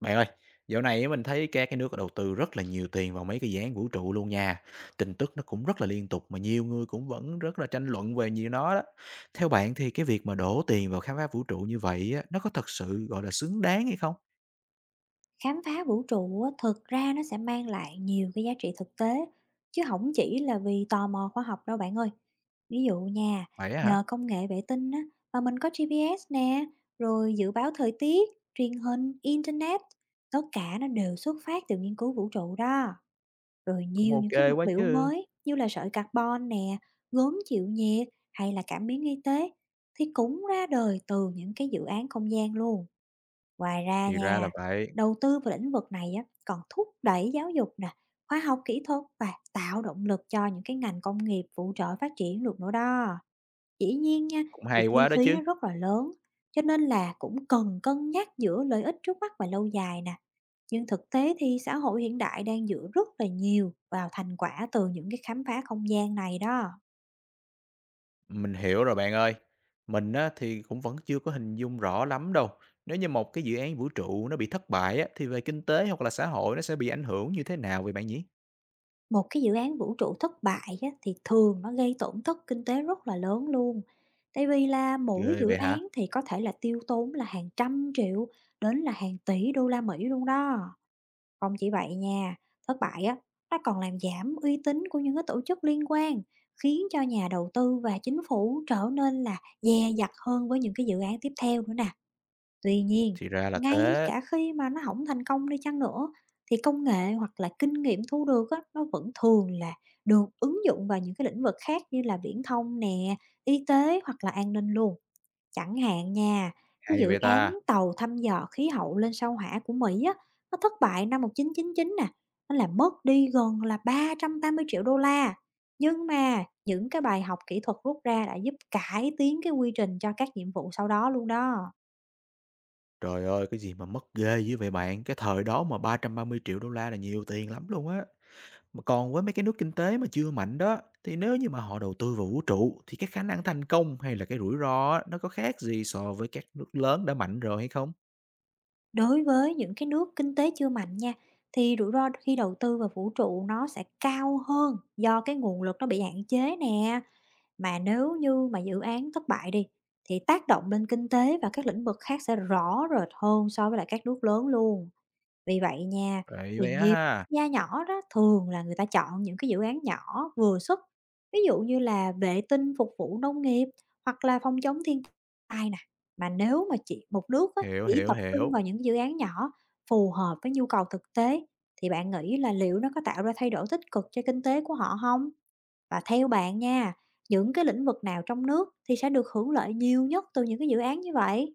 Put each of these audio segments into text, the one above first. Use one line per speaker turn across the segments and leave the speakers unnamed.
Bạn ơi, dạo này á mình thấy các cái nước đầu tư rất là nhiều tiền vào mấy cái dự án vũ trụ luôn nha. Tin tức nó cũng rất là liên tục mà nhiều người cũng vẫn rất là tranh luận về nhiều nó đó. Theo bạn thì cái việc mà đổ tiền vào khám phá vũ trụ như vậy á, nó có thật sự gọi là xứng đáng hay không?
Khám phá vũ trụ á, thực ra nó sẽ mang lại nhiều cái giá trị thực tế, chứ không chỉ là vì tò mò khoa học đâu bạn ơi. Ví dụ nha,
Vậy á hả?
nhờ công nghệ vệ tinh á, mà mình có GPS nè, rồi dự báo thời tiết, truyền hình, internet, tất cả nó đều xuất phát từ nghiên cứu vũ trụ đó. Rồi
Cũng
nhiều những
ok
cái vật
quá
liệu
chứ.
mới như là sợi carbon nè, gốm chịu nhiệt hay là cảm biến y tế thì cũng ra đời từ những cái dự án không gian luôn. Ngoài ra
Thì ra là
nha,
vậy,
đầu tư vào lĩnh vực này á, còn thúc đẩy giáo dục nè, khoa học kỹ thuật và tạo động lực cho những cái ngành công nghiệp phụ trợ phát triển được nữa đó. Dĩ nhiên nha,
cũng
thì
hay
chi
quá đó
phí
chứ.
nó rất là lớn, cho nên là cũng cần cân nhắc giữa lợi ích trước mắt và lâu dài nè. Nhưng thực tế thì xã hội hiện đại đang dựa rất là nhiều vào thành quả từ những cái khám phá không gian này đó.
Mình hiểu rồi bạn ơi. Mình á, thì cũng vẫn chưa có hình dung rõ lắm đâu. Nếu như một cái dự án vũ trụ nó bị thất bại á, thì về kinh tế hoặc là xã hội nó sẽ bị ảnh hưởng như thế nào vậy bạn nhỉ?
Một cái dự án vũ trụ thất bại á, thì thường nó gây tổn thất kinh tế rất là lớn luôn. Tại vì là mỗi
Ghê
dự
vậy hả?
án thì có thể là tiêu tốn là hàng trăm triệu đến là hàng tỷ đô la Mỹ luôn đó. Không chỉ vậy nha, thất bại á, nó còn làm giảm uy tín của những cái tổ chức liên quan, khiến cho nhà đầu tư và chính phủ trở nên là dè dặt hơn với những cái dự án tiếp theo nữa nè. Tuy nhiên,
Thì ra là
ngay
thế,
cả khi mà nó hổng thành công đi chăng nữa thì công nghệ hoặc là kinh nghiệm thu được á, nó vẫn thường là được ứng dụng vào những cái lĩnh vực khác như là viễn thông nè, y tế hoặc là an ninh luôn. Chẳng hạn nha, cái
hay
dự
vậy
án
ta!
tàu thăm dò khí hậu lên sao Hỏa của Mỹ á, nó thất bại năm một nghìn chín chín trăm chín mươi chín nè, nó làm mất đi gần là 380 triệu đô la. Nhưng mà những cái bài học kỹ thuật rút ra đã giúp cải tiến cái quy trình cho các nhiệm vụ sau đó luôn đó.
Trời ơi, cái gì mà mất ghê dữ vậy bạn? Cái thời đó mà 330 triệu đô la là nhiều tiền lắm luôn á. Mà còn với mấy cái nước kinh tế mà chưa mạnh đó, thì nếu như mà họ đầu tư vào vũ trụ thì cái khả năng thành công hay là cái rủi ro á, nó có khác gì so với các nước lớn đã mạnh rồi hay không?
Đối với những cái nước kinh tế chưa mạnh nha, thì rủi ro khi đầu tư vào vũ trụ nó sẽ cao hơn do cái nguồn lực nó bị hạn chế nè. Mà nếu như mà dự án thất bại đi, thì tác động lên kinh tế và các lĩnh vực khác sẽ rõ rệt hơn so với lại các nước lớn luôn. Vì vậy nha,
Vậy
thì
vậy á
nhiều
ha,
gia nhỏ đó thường là người ta chọn những cái dự án nhỏ vừa sức, ví dụ như là vệ tinh phục vụ nông nghiệp hoặc là phòng chống thiên tai nè. Mà nếu mà chỉ một nước á,
hiểu,
chỉ
hiểu,
tập trung
hiểu.
vào những dự án nhỏ phù hợp với nhu cầu thực tế thì bạn nghĩ là liệu nó có tạo ra thay đổi tích cực cho kinh tế của họ không? Và theo bạn nha, những cái lĩnh vực nào trong nước thì sẽ được hưởng lợi nhiều nhất từ những cái dự án như vậy?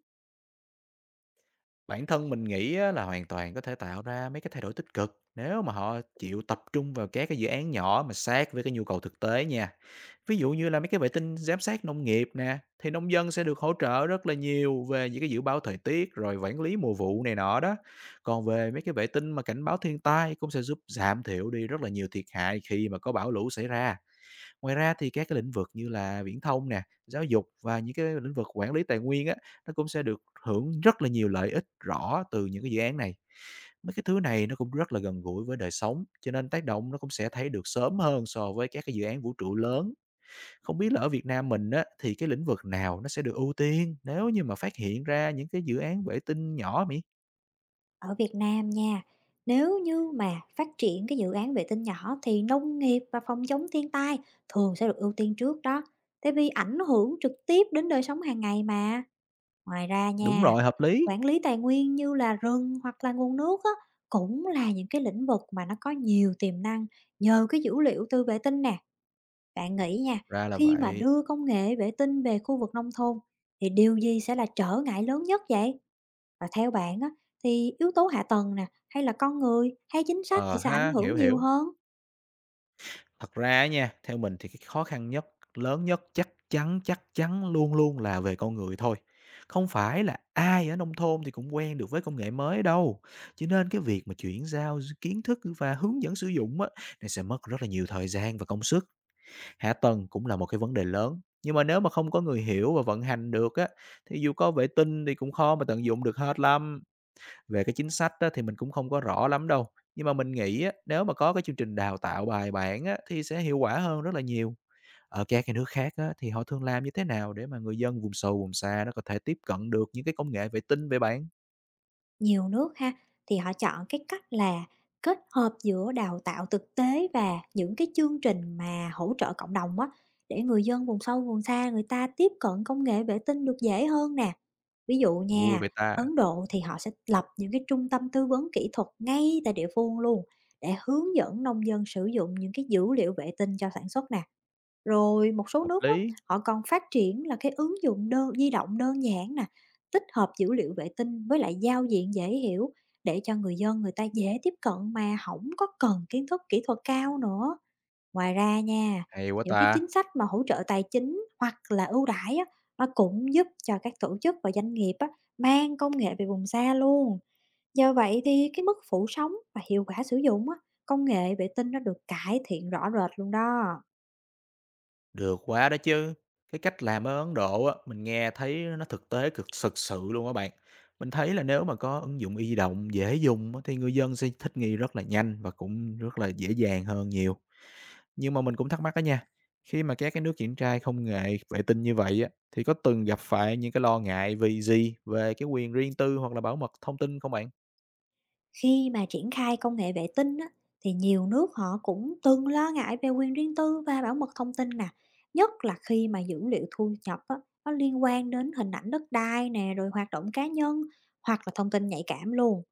Bản thân mình nghĩ á là hoàn toàn có thể tạo ra mấy cái thay đổi tích cực nếu mà họ chịu tập trung vào các cái dự án nhỏ mà sát với cái nhu cầu thực tế nha. Ví dụ như là mấy cái vệ tinh giám sát nông nghiệp nè, thì nông dân sẽ được hỗ trợ rất là nhiều về những cái dự báo thời tiết rồi quản lý mùa vụ này nọ đó. Còn về mấy cái vệ tinh mà cảnh báo thiên tai cũng sẽ giúp giảm thiểu đi rất là nhiều thiệt hại khi mà có bão lũ xảy ra. Ngoài ra thì các cái lĩnh vực như là viễn thông nè, giáo dục và những cái lĩnh vực quản lý tài nguyên á, nó cũng sẽ được hưởng rất là nhiều lợi ích rõ từ những cái dự án này. Mấy cái thứ này nó cũng rất là gần gũi với đời sống, cho nên tác động nó cũng sẽ thấy được sớm hơn so với các cái dự án vũ trụ lớn. Không biết là ở Việt Nam mình á, thì cái lĩnh vực nào nó sẽ được ưu tiên nếu như mà phát hiện ra những cái dự án vệ tinh nhỏ Mỹ?
Ở Việt Nam nha, nếu như mà phát triển cái dự án vệ tinh nhỏ thì nông nghiệp và phòng chống thiên tai thường sẽ được ưu tiên trước đó, tại vì ảnh hưởng trực tiếp đến đời sống hàng ngày mà. Ngoài ra
Đúng
nha,
rồi, hợp lý,
quản lý tài nguyên như là rừng hoặc là nguồn nước á, cũng là những cái lĩnh vực mà nó có nhiều tiềm năng nhờ cái dữ liệu từ vệ tinh nè. Bạn nghĩ nha,
ra là
khi mà
vậy.
đưa công nghệ vệ tinh về khu vực nông thôn thì điều gì sẽ là trở ngại lớn nhất vậy? Và theo bạn á, thì yếu tố hạ tầng nè, hay là con người, hay chính sách thì
Ờ
sẽ ảnh
ha,
hưởng
hiểu,
nhiều
hiểu.
hơn?
Thật ra á nha, theo mình thì cái khó khăn nhất, lớn nhất chắc chắn luôn luôn là về con người thôi. Không phải là ai ở nông thôn thì cũng quen được với công nghệ mới đâu. Cho nên cái việc mà chuyển giao kiến thức và hướng dẫn sử dụng á, nó sẽ mất rất là nhiều thời gian và công sức. Hạ tầng cũng là một cái vấn đề lớn, nhưng mà nếu mà không có người hiểu và vận hành được á, thì dù có vệ tinh thì cũng khó mà tận dụng được hết lắm. Về cái chính sách á, thì mình cũng không có rõ lắm đâu, nhưng mà mình nghĩ á, nếu mà có cái chương trình đào tạo bài bản á, thì sẽ hiệu quả hơn rất là nhiều. Ở các cái nước khác á, thì họ thường làm như thế nào để mà người dân vùng sâu vùng xa nó có thể tiếp cận được những cái công nghệ vệ tinh vậy bạn?
Nhiều nước ha, thì họ chọn cái cách là kết hợp giữa đào tạo thực tế và những cái chương trình mà hỗ trợ cộng đồng á, để người dân vùng sâu vùng xa người ta tiếp cận công nghệ vệ tinh được dễ hơn nè. Ví dụ
Vui
nha,
vậy ta,
Ấn Độ thì họ sẽ lập những cái trung tâm tư vấn kỹ thuật ngay tại địa phương luôn để hướng dẫn nông dân sử dụng những cái dữ liệu vệ tinh cho sản xuất nè. Rồi một số
hợp
nước á,
lý,
họ còn phát triển là cái ứng dụng đơn di động đơn giản nè, tích hợp dữ liệu vệ tinh với lại giao diện dễ hiểu để cho người dân người ta dễ tiếp cận mà không có cần kiến thức kỹ thuật cao nữa. Ngoài ra nha,
hay quá
những cái chính
ta!
sách mà hỗ trợ tài chính hoặc là ưu đãi á, nó cũng giúp cho các tổ chức và doanh nghiệp á, mang công nghệ về vùng xa luôn. Do vậy thì cái mức phủ sóng và hiệu quả sử dụng á, công nghệ vệ tinh nó được cải thiện rõ rệt luôn đó.
Được quá đó chứ. Cái cách làm ở Ấn Độ á, mình nghe thấy nó thực tế cực thực sự luôn á bạn. Mình thấy là nếu mà có ứng dụng y di động dễ dùng á, thì người dân sẽ thích nghi rất là nhanh và cũng rất là dễ dàng hơn nhiều. Nhưng mà mình cũng thắc mắc đó nha. Khi mà các cái nước triển khai công nghệ vệ tinh như vậy á, thì có từng gặp phải những cái lo ngại vì gì về cái quyền riêng tư hoặc là bảo mật thông tin không bạn?
Khi mà triển khai công nghệ vệ tinh á, thì nhiều nước họ cũng từng lo ngại về quyền riêng tư và bảo mật thông tin nè, nhất là khi mà dữ liệu thu nhập á, nó liên quan đến hình ảnh đất đai nè, rồi hoạt động cá nhân hoặc là thông tin nhạy cảm luôn.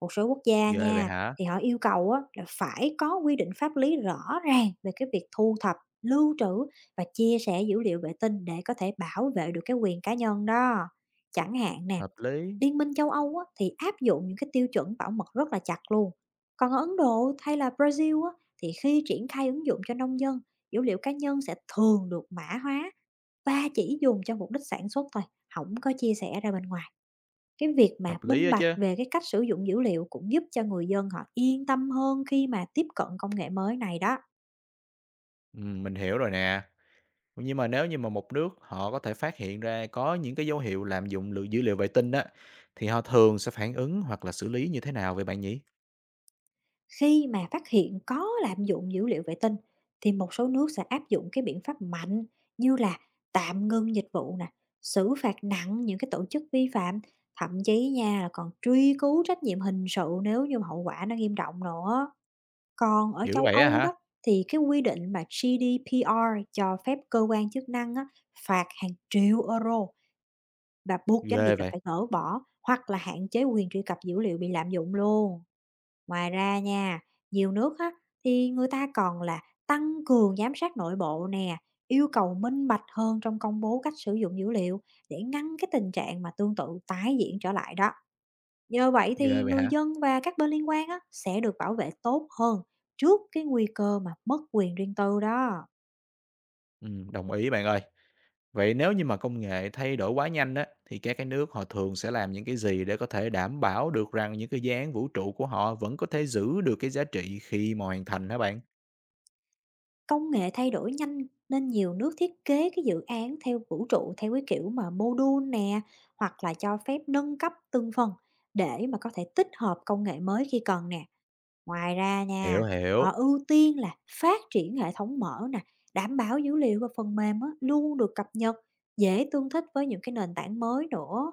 Một số quốc gia
Ghê vậy
nha,
hả?
thì họ yêu cầu á, là phải có quy định pháp lý rõ ràng về cái việc thu thập, lưu trữ và chia sẻ dữ liệu vệ tinh để có thể bảo vệ được cái quyền cá nhân đó. Chẳng hạn nè,
Hợp lý,
Liên minh châu Âu á, thì áp dụng những cái tiêu chuẩn bảo mật rất là chặt luôn. Còn ở Ấn Độ hay là Brazil á, thì khi triển khai ứng dụng cho nông dân, dữ liệu cá nhân sẽ thường được mã hóa và chỉ dùng cho mục đích sản xuất thôi, không có chia sẻ ra bên ngoài. Cái việc mà
hợp lý
minh
đó
bạch
chứ.
về cái cách sử dụng dữ liệu cũng giúp cho người dân họ yên tâm hơn khi mà tiếp cận công nghệ mới này đó.
Ừ, mình hiểu rồi nè. Nhưng mà nếu như mà một nước họ có thể phát hiện ra có những cái dấu hiệu lạm dụng lượng dữ liệu vệ tinh á, thì họ thường sẽ phản ứng hoặc là xử lý như thế nào vậy bạn nhỉ?
Khi mà phát hiện có lạm dụng dữ liệu vệ tinh thì một số nước sẽ áp dụng cái biện pháp mạnh như là tạm ngưng dịch vụ nè, xử phạt nặng những cái tổ chức vi phạm, thậm chí nha là còn truy cứu trách nhiệm hình sự nếu như mà hậu quả nó nghiêm trọng nữa. Còn ở
Dữ
châu
vậy á
Âu đó
hả?
thì cái quy định mà GDPR cho phép cơ quan chức năng á, phạt hàng triệu euro và buộc doanh nghiệp
Ghê
là
vậy,
phải gỡ bỏ hoặc là hạn chế quyền truy cập dữ liệu bị lạm dụng luôn. Ngoài ra nha, nhiều nước á, thì người ta còn là tăng cường giám sát nội bộ nè, yêu cầu minh bạch hơn trong công bố cách sử dụng dữ liệu để ngăn cái tình trạng mà tương tự tái diễn trở lại đó. Nhờ vậy thì
ghê vậy
người
hả?
dân và các bên liên quan á, sẽ được bảo vệ tốt hơn trước cái nguy cơ mà mất quyền riêng tư đó.
Đồng ý bạn ơi. Vậy nếu như mà công nghệ thay đổi quá nhanh á, thì các cái nước họ thường sẽ làm những cái gì để có thể đảm bảo được rằng những cái dự án vũ trụ của họ vẫn có thể giữ được cái giá trị khi mà hoàn thành hả bạn?
Công nghệ thay đổi nhanh nên nhiều nước thiết kế cái dự án theo vũ trụ theo cái kiểu mà module nè, hoặc là cho phép nâng cấp từng phần để mà có thể tích hợp công nghệ mới khi cần nè. Ngoài ra nha,
Hiểu
họ
hiểu,
ưu tiên là phát triển hệ thống mở nè, đảm bảo dữ liệu và phần mềm á, luôn được cập nhật, dễ tương thích với những cái nền tảng mới nữa.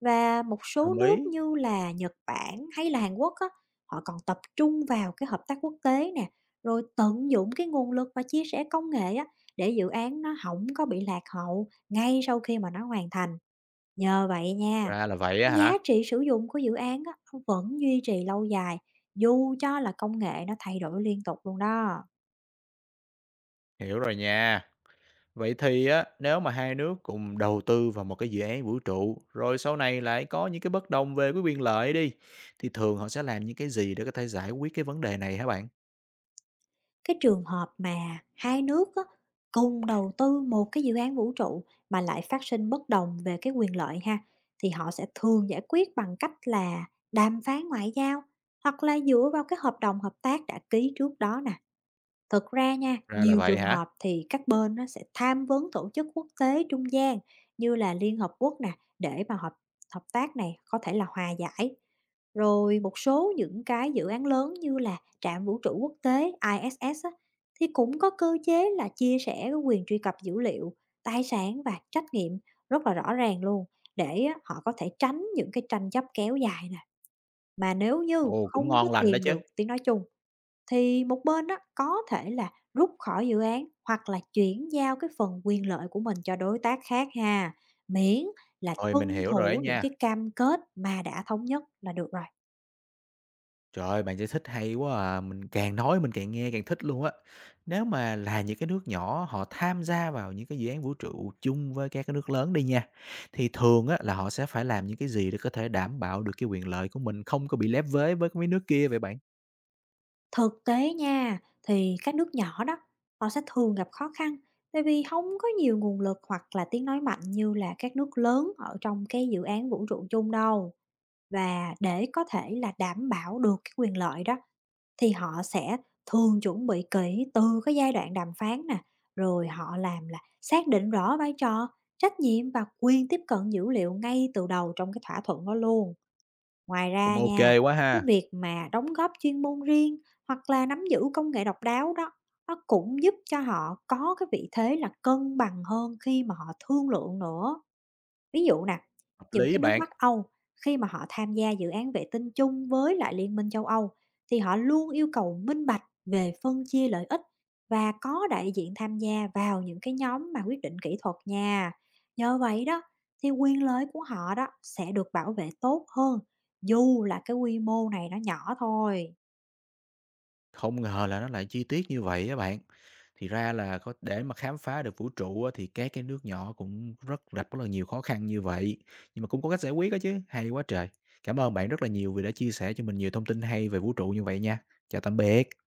Và một số
đồng
nước
ý.
như là Nhật Bản hay là Hàn Quốc á, họ còn tập trung vào cái hợp tác quốc tế nè, rồi tận dụng cái nguồn lực và chia sẻ công nghệ á, để dự án nó không có bị lạc hậu ngay sau khi mà nó hoàn thành. Nhờ vậy nha,
Ra là vậy á
giá
hả?
trị sử dụng của dự án á, nó vẫn duy trì lâu dài dù cho là công nghệ nó thay đổi liên tục luôn đó.
Hiểu rồi nha. Vậy thì á, nếu mà hai nước cùng đầu tư vào một cái dự án vũ trụ, rồi sau này lại có những cái bất đồng về cái quyền lợi đi, thì thường họ sẽ làm những cái gì để có thể giải quyết cái vấn đề này hả bạn?
Cái trường hợp mà hai nước á, cùng đầu tư một cái dự án vũ trụ mà lại phát sinh bất đồng về cái quyền lợi ha, thì họ sẽ thường giải quyết bằng cách là đàm phán ngoại giao hoặc là dựa vào cái hợp đồng hợp tác đã ký trước đó nè. Thực ra nha,
Ra là
nhiều
vậy
trường
hả?
hợp thì các bên nó sẽ tham vấn tổ chức quốc tế trung gian như là Liên Hợp Quốc nè, để mà hợp hợp tác này có thể là hòa giải. Rồi một số những cái dự án lớn như là trạm vũ trụ quốc tế ISS á, thì cũng có cơ chế là chia sẻ cái quyền truy cập dữ liệu, tài sản và trách nhiệm rất là rõ ràng luôn để á, họ có thể tránh những cái tranh chấp kéo dài nè. Mà nếu như
Ồ, cũng
không có
ngon lành đó
tìm
chứ.
được tiếng nói chung thì một bên đó có thể là rút khỏi dự án hoặc là chuyển giao cái phần quyền lợi của mình cho đối tác khác ha, miễn là
Rồi mình
tuân
hiểu rồi đó
thủ những
nha.
cái cam kết mà đã thống nhất là được rồi.
Trời ơi, bạn giải thích hay quá à. Mình càng nói mình càng nghe càng thích luôn á. Nếu mà là những cái nước nhỏ họ tham gia vào những cái dự án vũ trụ chung với các cái nước lớn đi nha, thì thường á, là họ sẽ phải làm những cái gì để có thể đảm bảo được cái quyền lợi của mình không có bị lép vế với mấy nước kia vậy bạn?
Thực tế nha, thì các nước nhỏ đó, họ sẽ thường gặp khó khăn tại vì không có nhiều nguồn lực hoặc là tiếng nói mạnh như là các nước lớn ở trong cái dự án vũ trụ chung đâu. Và để có thể là đảm bảo được cái quyền lợi đó thì họ sẽ thường chuẩn bị kỹ từ cái giai đoạn đàm phán nè, rồi họ làm là xác định rõ vai trò, trách nhiệm và quyền tiếp cận dữ liệu ngay từ đầu trong cái thỏa thuận đó luôn. Ngoài
Cũng
ra
ok
nha,
quá
cái
ha,
việc mà đóng góp chuyên môn riêng hoặc là nắm giữ công nghệ độc đáo đó, nó cũng giúp cho họ có cái vị thế là cân bằng hơn khi mà họ thương lượng nữa. Ví dụ nè,
hợp
những
lý
cái nước
bạn.
Bắc Âu khi mà họ tham gia dự án vệ tinh chung với lại Liên minh châu Âu thì họ luôn yêu cầu minh bạch về phân chia lợi ích và có đại diện tham gia vào những cái nhóm mà quyết định kỹ thuật nha. Nhờ vậy đó thì quyền lợi của họ đó sẽ được bảo vệ tốt hơn dù là cái quy mô này nó nhỏ thôi.
Không ngờ là nó lại chi tiết như vậy á bạn. Thì ra là có để mà khám phá được vũ trụ á thì các cái nước nhỏ cũng gặp rất là nhiều khó khăn như vậy, nhưng mà cũng có cách giải quyết đó chứ. Hay quá trời! Cảm ơn bạn rất là nhiều vì đã chia sẻ cho mình nhiều thông tin hay về vũ trụ như vậy nha. Chào tạm biệt.